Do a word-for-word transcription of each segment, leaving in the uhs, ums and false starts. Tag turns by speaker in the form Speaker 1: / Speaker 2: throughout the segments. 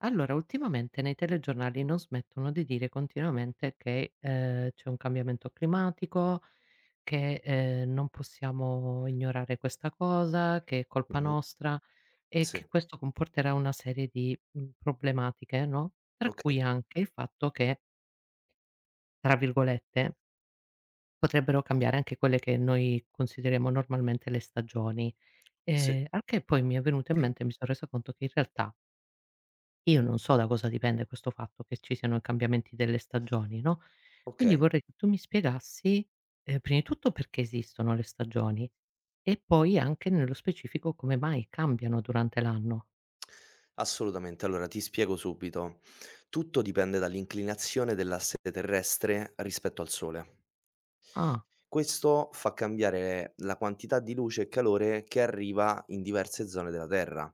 Speaker 1: Allora, ultimamente nei telegiornali non smettono di dire continuamente che, ehm, c'è un cambiamento climatico, che, ehm, non possiamo ignorare questa cosa, che è colpa
Speaker 2: Mh-mh.
Speaker 1: nostra e che
Speaker 2: Sì,
Speaker 1: questo comporterà una serie di, mhmm, problematiche, no, tra cui
Speaker 2: okay.
Speaker 1: anche il fatto che, tra virgolette, "potrebbero cambiare anche quelle che noi consideriamo normalmente le stagioni".
Speaker 2: Sì,
Speaker 1: Ehm, al che poi mi è venuto in mente e mi son resa conto che in realtà io non so da cosa dipende questo fatto che ci siano i cambiamenti delle stagioni, no, quindi
Speaker 2: okay.
Speaker 1: vorrei che tu mi spiegassi, ehm, prima di tutto perché esistono le stagioni e poi anche nello specifico come mai cambiano durante l'anno.
Speaker 2: Assolutamente. Allora ti spiego subito. Tutto dipende dall'inclinazione dell'asse terrestre rispetto al Sole.
Speaker 1: Ah,
Speaker 2: Questo fa cambiare la quantità di luce e calore che arriva in diverse zone della Terra.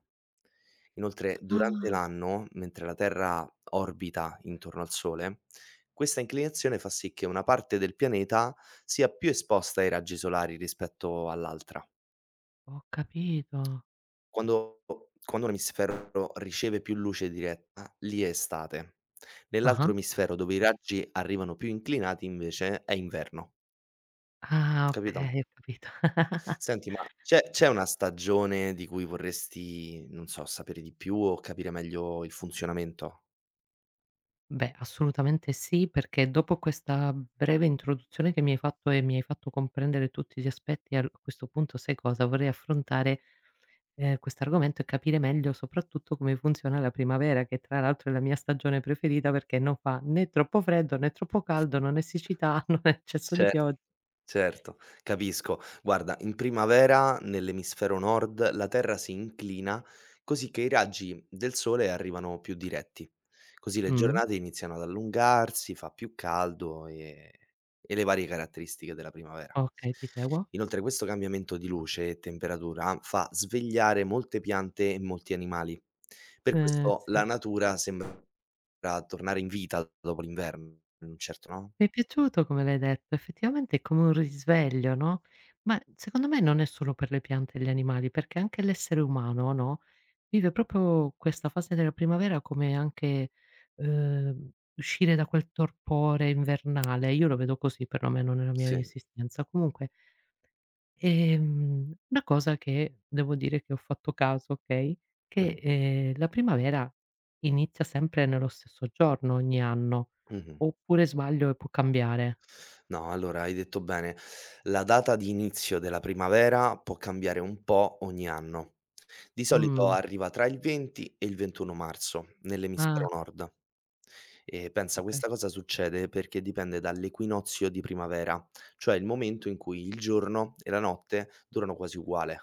Speaker 2: Inoltre, durante
Speaker 1: ah,
Speaker 2: l'anno, mentre la Terra orbita intorno al Sole, questa inclinazione fa sì che una parte del pianeta sia più esposta ai raggi solari rispetto all'altra.
Speaker 1: ho capito.
Speaker 2: Quando quando un emisfero riceve più luce diretta, lì è estate.
Speaker 1: Ah-ah.
Speaker 2: Nell'altro emisfero, dove i raggi arrivano più inclinati, invece è inverno,
Speaker 1: Ah,
Speaker 2: capito?
Speaker 1: okay, ho capito.
Speaker 2: Senti, ma c'è c'è una stagione di cui vorresti, non so, sapere di più o capire meglio il funzionamento?
Speaker 1: Beh, assolutamente sì, perché dopo questa breve introduzione che mi hai fatto e mi hai fatto comprendere tutti gli aspetti, al a questo punto sai cosa, vorrei affrontare ehm, quest'argomento e capire meglio soprattutto come funziona la primavera, che tra l'altro è la mia stagione preferita perché non fa né troppo freddo, né troppo caldo, non è siccità, non è eccesso di
Speaker 2: Cer
Speaker 1: pioggia.
Speaker 2: Certo, capisco. Guarda, in primavera nell'emisfero nord la Terra si inclina così che i raggi del sole arrivano più diretti. Così le
Speaker 1: Mh,
Speaker 2: giornate iniziano ad allungarsi, fa più caldo e, e le varie caratteristiche della primavera.
Speaker 1: okay, ti seguo.
Speaker 2: Inoltre questo cambiamento di luce e temperatura fa svegliare molte piante e molti animali. Per
Speaker 1: Ehm,
Speaker 2: questo la
Speaker 1: sì.
Speaker 2: natura sembra tornare in vita dopo l'inverno, in un certo, no?
Speaker 1: Mi è piaciuto come l'hai detto, effettivamente è come un risveglio, no, ma secondo me non è solo per le piante e gli animali, perché anche l'essere umano, no, vive proprio questa fase della primavera come anche, uhm, uscire da quel torpore invernale. Io lo
Speaker 2: Sì.
Speaker 1: vedo così perlomeno nella mia
Speaker 2: Sì.
Speaker 1: esistenza. Comunque, ehm, una cosa che devo dire che ho fatto caso, okay, che,
Speaker 2: Mh.
Speaker 1: ehm, la primavera inizia sempre nello stesso giorno ogni anno,
Speaker 2: Mh-mh.
Speaker 1: oppure sbaglio e può cambiare?
Speaker 2: No, allora hai detto bene. La data di inizio della primavera può cambiare un po' ogni anno. Di solito
Speaker 1: Mh.
Speaker 2: arriva tra il venti e il ventuno marzo
Speaker 1: Ah,
Speaker 2: nell'emisfero nord. E pensa,
Speaker 1: okay.
Speaker 2: questa cosa succede perché dipende dall'equinozio di primavera, cioè il momento in cui il giorno e la notte durano quasi uguale.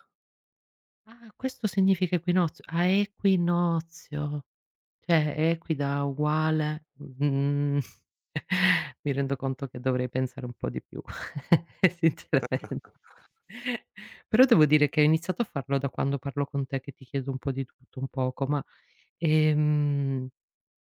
Speaker 1: Ah, questo significa equinozio. Ah, equinozio. Cioè, equida uguale mhmm, mi rendo conto che dovrei pensare un po' di più, sinceramente. Però devo dire che ho iniziato a farlo da quando parlo con te, che ti chiedo un po' di tutto, un poco, ma, ehm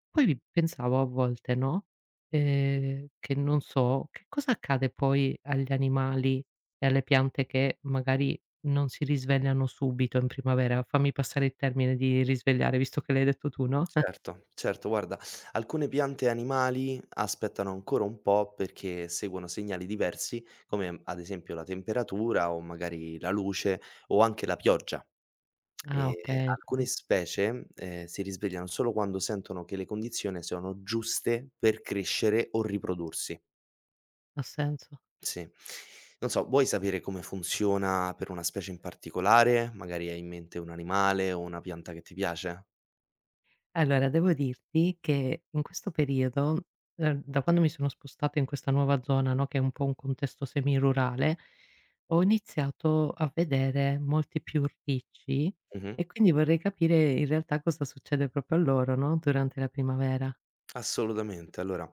Speaker 1: Poi vi pensavo a volte, no, ehm, che non so, che cosa accade poi agli animali e alle piante che magari non si risvegliano subito in primavera? Fammi passare il termine di risvegliare, visto che l'hai detto tu, no?
Speaker 2: Certo, certo, guarda, alcune piante e animali aspettano ancora un po' perché seguono segnali diversi, come ad esempio la temperatura o magari la luce o anche la pioggia.
Speaker 1: Ah
Speaker 2: E
Speaker 1: okay, ho
Speaker 2: alcune
Speaker 1: capi
Speaker 2: specie, eh, si risvegliano solo quando sentono che le condizioni sono giuste per crescere o riprodursi.
Speaker 1: ha senso.
Speaker 2: Sì. Non so, vuoi sapere come funziona per una specie in particolare? Magari hai in mente un animale o una pianta che ti piace?
Speaker 1: Allora, devo dirti che in questo periodo, ehm, da quando mi sono spostata in questa nuova zona, no, che è un po' un contesto semirurale, ho iniziato a vedere molti più ricci e quindi vorrei capire in realtà cosa succede proprio a loro, no, durante la primavera.
Speaker 2: Assolutamente. Allora,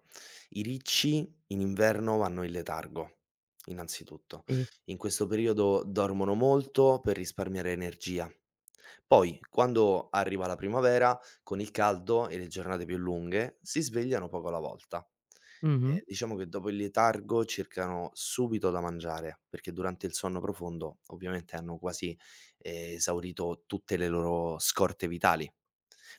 Speaker 2: i ricci in inverno vanno in letargo, innanzitutto.
Speaker 1: Sì.
Speaker 2: In questo periodo dormono molto per risparmiare energia. Poi, quando arriva la primavera, con il caldo e le giornate più lunghe, si svegliano poco alla volta.
Speaker 1: Mh-mh.
Speaker 2: Eh, diciamo che dopo il letargo cercano subito da mangiare, perché durante il sonno profondo ovviamente hanno quasi eh, esaurito tutte le loro scorte vitali.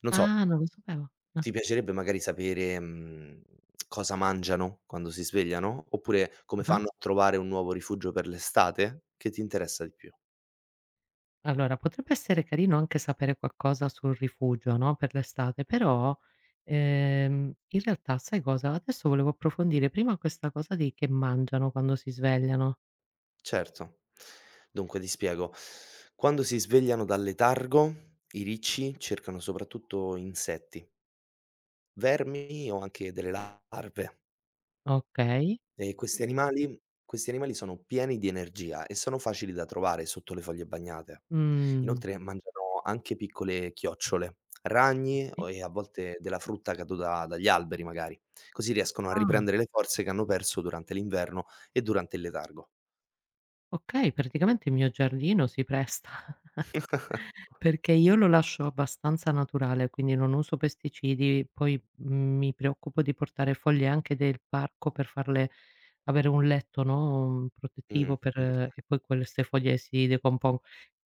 Speaker 2: Non so,
Speaker 1: Ah, non lo sapevo. Ah.
Speaker 2: ti piacerebbe magari sapere, mhmm, cosa mangiano quando si svegliano? Oppure come
Speaker 1: Ah-ah.
Speaker 2: fanno a trovare un nuovo rifugio per l'estate? Che ti interessa di più?
Speaker 1: Allora, potrebbe essere carino anche sapere qualcosa sul rifugio, no, per l'estate, però, ehm, in realtà sai cosa? Adesso volevo approfondire prima questa cosa di che mangiano quando si svegliano.
Speaker 2: Certo. Dunque ti spiego: quando si svegliano dal letargo, i ricci cercano soprattutto insetti, vermi o anche delle larve.
Speaker 1: Okay.
Speaker 2: E questi animali questi animali sono pieni di energia e sono facili da trovare sotto le foglie bagnate.
Speaker 1: Mh.
Speaker 2: Inoltre mangiano anche piccole chiocciole, ragni o
Speaker 1: Sì.
Speaker 2: e a volte della frutta caduta dagli alberi magari, così riescono a
Speaker 1: Ah,
Speaker 2: riprendere le forze che hanno perso durante l'inverno e durante il letargo.
Speaker 1: okay, praticamente il mio giardino si presta. Perché io lo lascio abbastanza naturale, quindi non uso pesticidi, poi, mhmm, mi preoccupo di portare foglie anche del parco per farle avere un letto, no, mhmm,
Speaker 2: Mh.
Speaker 1: protettivo per eh, e poi queste foglie si decompon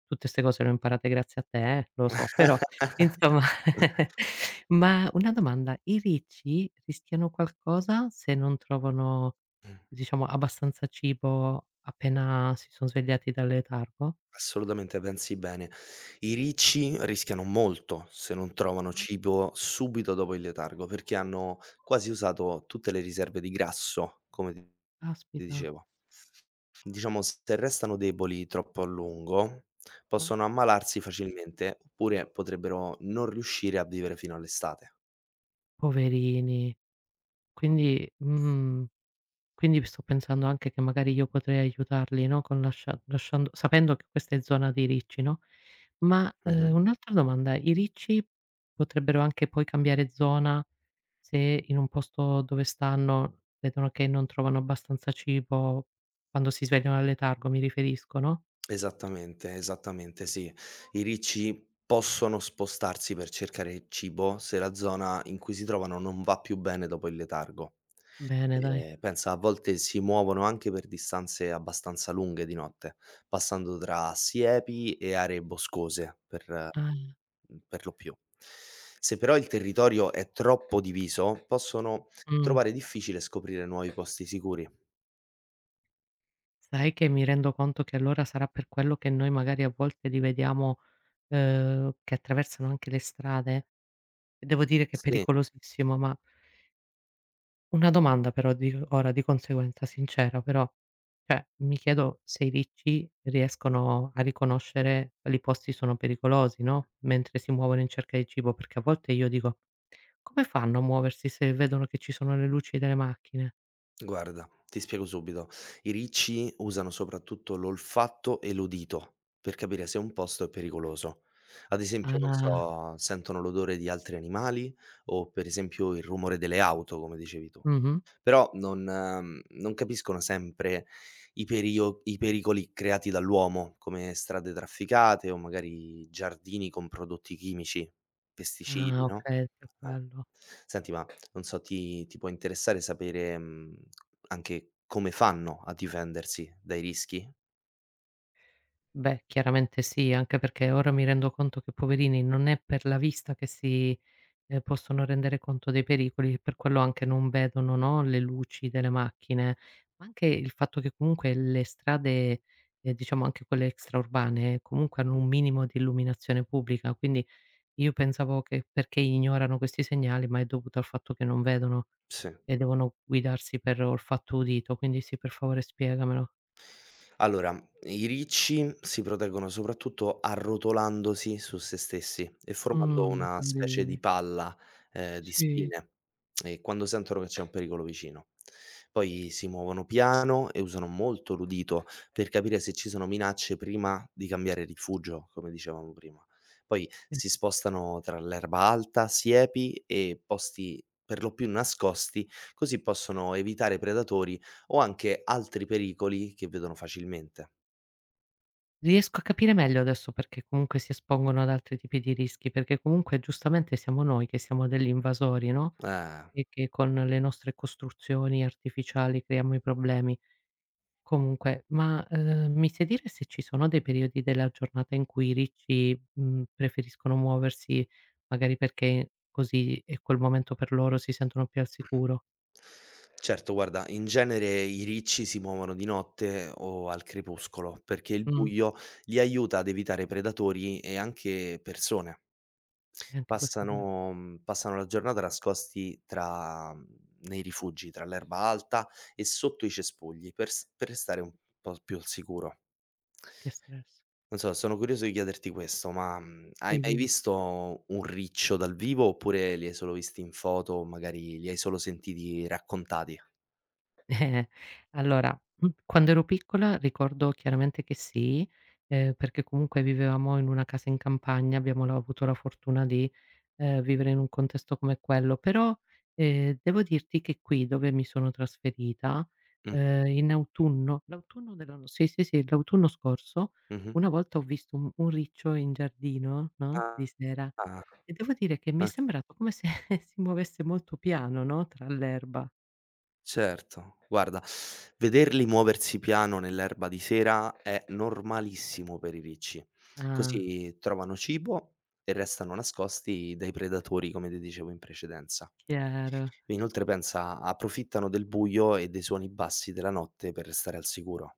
Speaker 1: tutte 'ste cose le ho imparate grazie a te, eh, lo so, però insomma. Ma una domanda: i ricci rischiano qualcosa se non trovano, diciamo, abbastanza cibo appena si son svegliati dal letargo?
Speaker 2: Assolutamente, pensi bene. I ricci rischiano molto se non trovano
Speaker 1: Ah.
Speaker 2: cibo subito dopo il letargo, perché hanno quasi usato tutte le riserve di grasso, come ti ti
Speaker 1: Caspita,
Speaker 2: dicevo. Diciamo, se restano deboli troppo a lungo,
Speaker 1: eh.
Speaker 2: possono ammalarsi facilmente, oppure potrebbero non riuscire a vivere fino all'estate.
Speaker 1: Poverini. Quindi mhmm, quindi sto pensando anche che magari io potrei aiutarli, no, con lascia lasciando sapendo che questa è zona dei ricci, no, ma, ehm,
Speaker 2: Mh-mh.
Speaker 1: un'altra domanda: i ricci potrebbero anche poi cambiare zona se in un posto dove stanno vedono che non trovano abbastanza cibo, quando si svegliano dal letargo mi riferisco, no?
Speaker 2: Esattamente, esattamente sì. I ricci possono spostarsi per cercare il cibo se la zona in cui si trovano non va più bene dopo il letargo.
Speaker 1: Bene dai.
Speaker 2: Ehm, pensa a volte si muovono anche per distanze abbastanza lunghe di notte, passando tra siepi e aree boscose per
Speaker 1: Ah,
Speaker 2: mhmm, per lo più. Se però il territorio è troppo diviso, possono
Speaker 1: mh.
Speaker 2: trovare difficile scoprire nuovi posti sicuri.
Speaker 1: Sai che mi rendo conto che allora sarà per quello che noi magari a volte li vediamo, ehm, che attraversano anche le strade? E devo dire che è
Speaker 2: Sì.
Speaker 1: pericolosissimo, ma una domanda però di ora di conseguenza, sincera però, cioè mi chiedo se i ricci riescono a riconoscere quali posti sono pericolosi, no, mentre si muovono in cerca di cibo, perché a volte io dico: "Come fanno a muoversi se vedono che ci sono le luci delle macchine?"
Speaker 2: Guarda, ti spiego subito. I ricci usano soprattutto l'olfatto e l'udito per capire se un posto è pericoloso. Ad esempio, non
Speaker 1: Ah.
Speaker 2: so, sentono l'odore di altri animali o per esempio il rumore delle auto, come dicevi tu.
Speaker 1: Mh-mh.
Speaker 2: Però non ehm, non capiscono sempre i perio i pericoli creati dall'uomo, come strade trafficate o magari giardini con prodotti chimici, pesticidi,
Speaker 1: Ah
Speaker 2: no.
Speaker 1: okay, per
Speaker 2: Ah.
Speaker 1: quello.
Speaker 2: Senti, ma non so, ti ti può interessare sapere, mhmm, anche come fanno a difendersi dai rischi?
Speaker 1: Beh, chiaramente sì, anche perché ora mi rendo conto che poverini non è per la vista che si, ehm, possono rendere conto dei pericoli, per quello anche non vedono, no, le luci delle macchine, ma anche il fatto che comunque le strade, ehm, diciamo anche quelle extraurbane, eh, comunque hanno
Speaker 2: Mh,
Speaker 1: un minimo di illuminazione pubblica, quindi io pensavo che perché ignorano questi segnali, ma è dovuto al fatto che non vedono
Speaker 2: sì.
Speaker 1: e devono guidarsi per olfatto udito, quindi sì, per favore spiegamelo.
Speaker 2: Allora, i ricci si proteggono soprattutto arrotolandosi su se stessi e formando
Speaker 1: Mh,
Speaker 2: una specie
Speaker 1: carini,
Speaker 2: di palla, ehm, di
Speaker 1: sì.
Speaker 2: spine, ehm, quando sentono che c'è un pericolo vicino. Poi si muovono piano e usano molto l'udito per capire se ci sono minacce prima di cambiare rifugio, come dicevamo prima. Poi si spostano tra l'erba alta, siepi e posti per lo più nascosti, così possono evitare predatori o anche altri pericoli che vedono facilmente.
Speaker 1: Riesco a capire meglio adesso perché comunque si espongono ad altri tipi di rischi, perché comunque giustamente siamo noi che siamo degli invasori, no,
Speaker 2: Eh.
Speaker 1: e che con le nostre costruzioni artificiali creiamo i problemi. Comunque, ma, ehm, mi sai dire se ci sono dei periodi della giornata in cui i ricci, mhmm, preferiscono muoversi, magari perché così è quel momento per loro, si sentono più al sicuro?
Speaker 2: Certo guarda, in genere i ricci si muovono di notte o al crepuscolo, perché il
Speaker 1: Mh,
Speaker 2: buio li aiuta ad evitare predatori e anche persone.
Speaker 1: e anche questo è vero.
Speaker 2: Passano mhmm, passano la giornata nascosti tra mm, nei rifugi, tra l'erba alta e sotto i cespugli per s per restare un po' più al sicuro.
Speaker 1: Che stress.
Speaker 2: Non so, sono curioso di chiederti questo, ma, mhmm, hai
Speaker 1: Sì,
Speaker 2: mai
Speaker 1: dimmi.
Speaker 2: visto un riccio dal vivo, oppure li hai solo visti in foto o magari li hai solo sentiti raccontati?
Speaker 1: Eh, allora, mhmm, quando ero piccola ricordo chiaramente che sì, ehm, perché comunque vivevamo in una casa in campagna, abbiamo la avuto la fortuna di, ehm, vivere in un contesto come quello, però, ehm, devo dirti che qui dove mi sono trasferita,
Speaker 2: Mh,
Speaker 1: ehm, in autunno l'autunno dell'anno sì, sì, sì, l'autunno scorso,
Speaker 2: mh-mh.
Speaker 1: una volta ho visto un un riccio in giardino, no, di
Speaker 2: Ah,
Speaker 1: sera,
Speaker 2: ah,
Speaker 1: e devo dire che mi è
Speaker 2: ah,
Speaker 1: sembrato come se si muovesse molto piano, no, tra l'erba.
Speaker 2: certo. Guarda, vederli muoversi piano nell'erba di sera è normalissimo per i ricci,
Speaker 1: Ah,
Speaker 2: così trovano cibo e restano nascosti dai predatori, come ti dicevo in precedenza.
Speaker 1: chiaro.
Speaker 2: Inoltre pensa, approfittano del buio e dei suoni bassi della notte per restare al sicuro.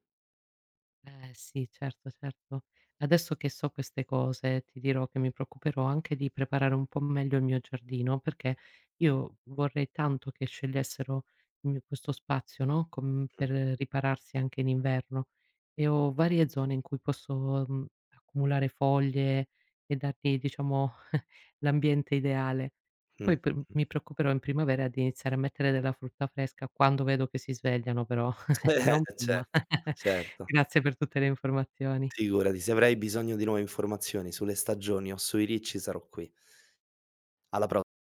Speaker 1: Eh sì, certo, certo. Adesso che so queste cose, ti dirò che mi preoccuperò anche di preparare un po' meglio il mio giardino, perché io vorrei tanto che scegliessero il mio questo spazio, no, com per ripararsi anche in inverno e ho varie zone in cui posso, mhmm, accumulare foglie e dargli diciamo l'ambiente ideale. Poi per
Speaker 2: Mh-mh.
Speaker 1: mi preoccuperò in primavera di iniziare a mettere della frutta fresca quando vedo che si svegliano però, non prima.
Speaker 2: Certo, certo.
Speaker 1: Grazie per tutte le informazioni.
Speaker 2: Figurati, se avrai bisogno di nuove informazioni sulle stagioni o sui ricci sarò qui. Alla pro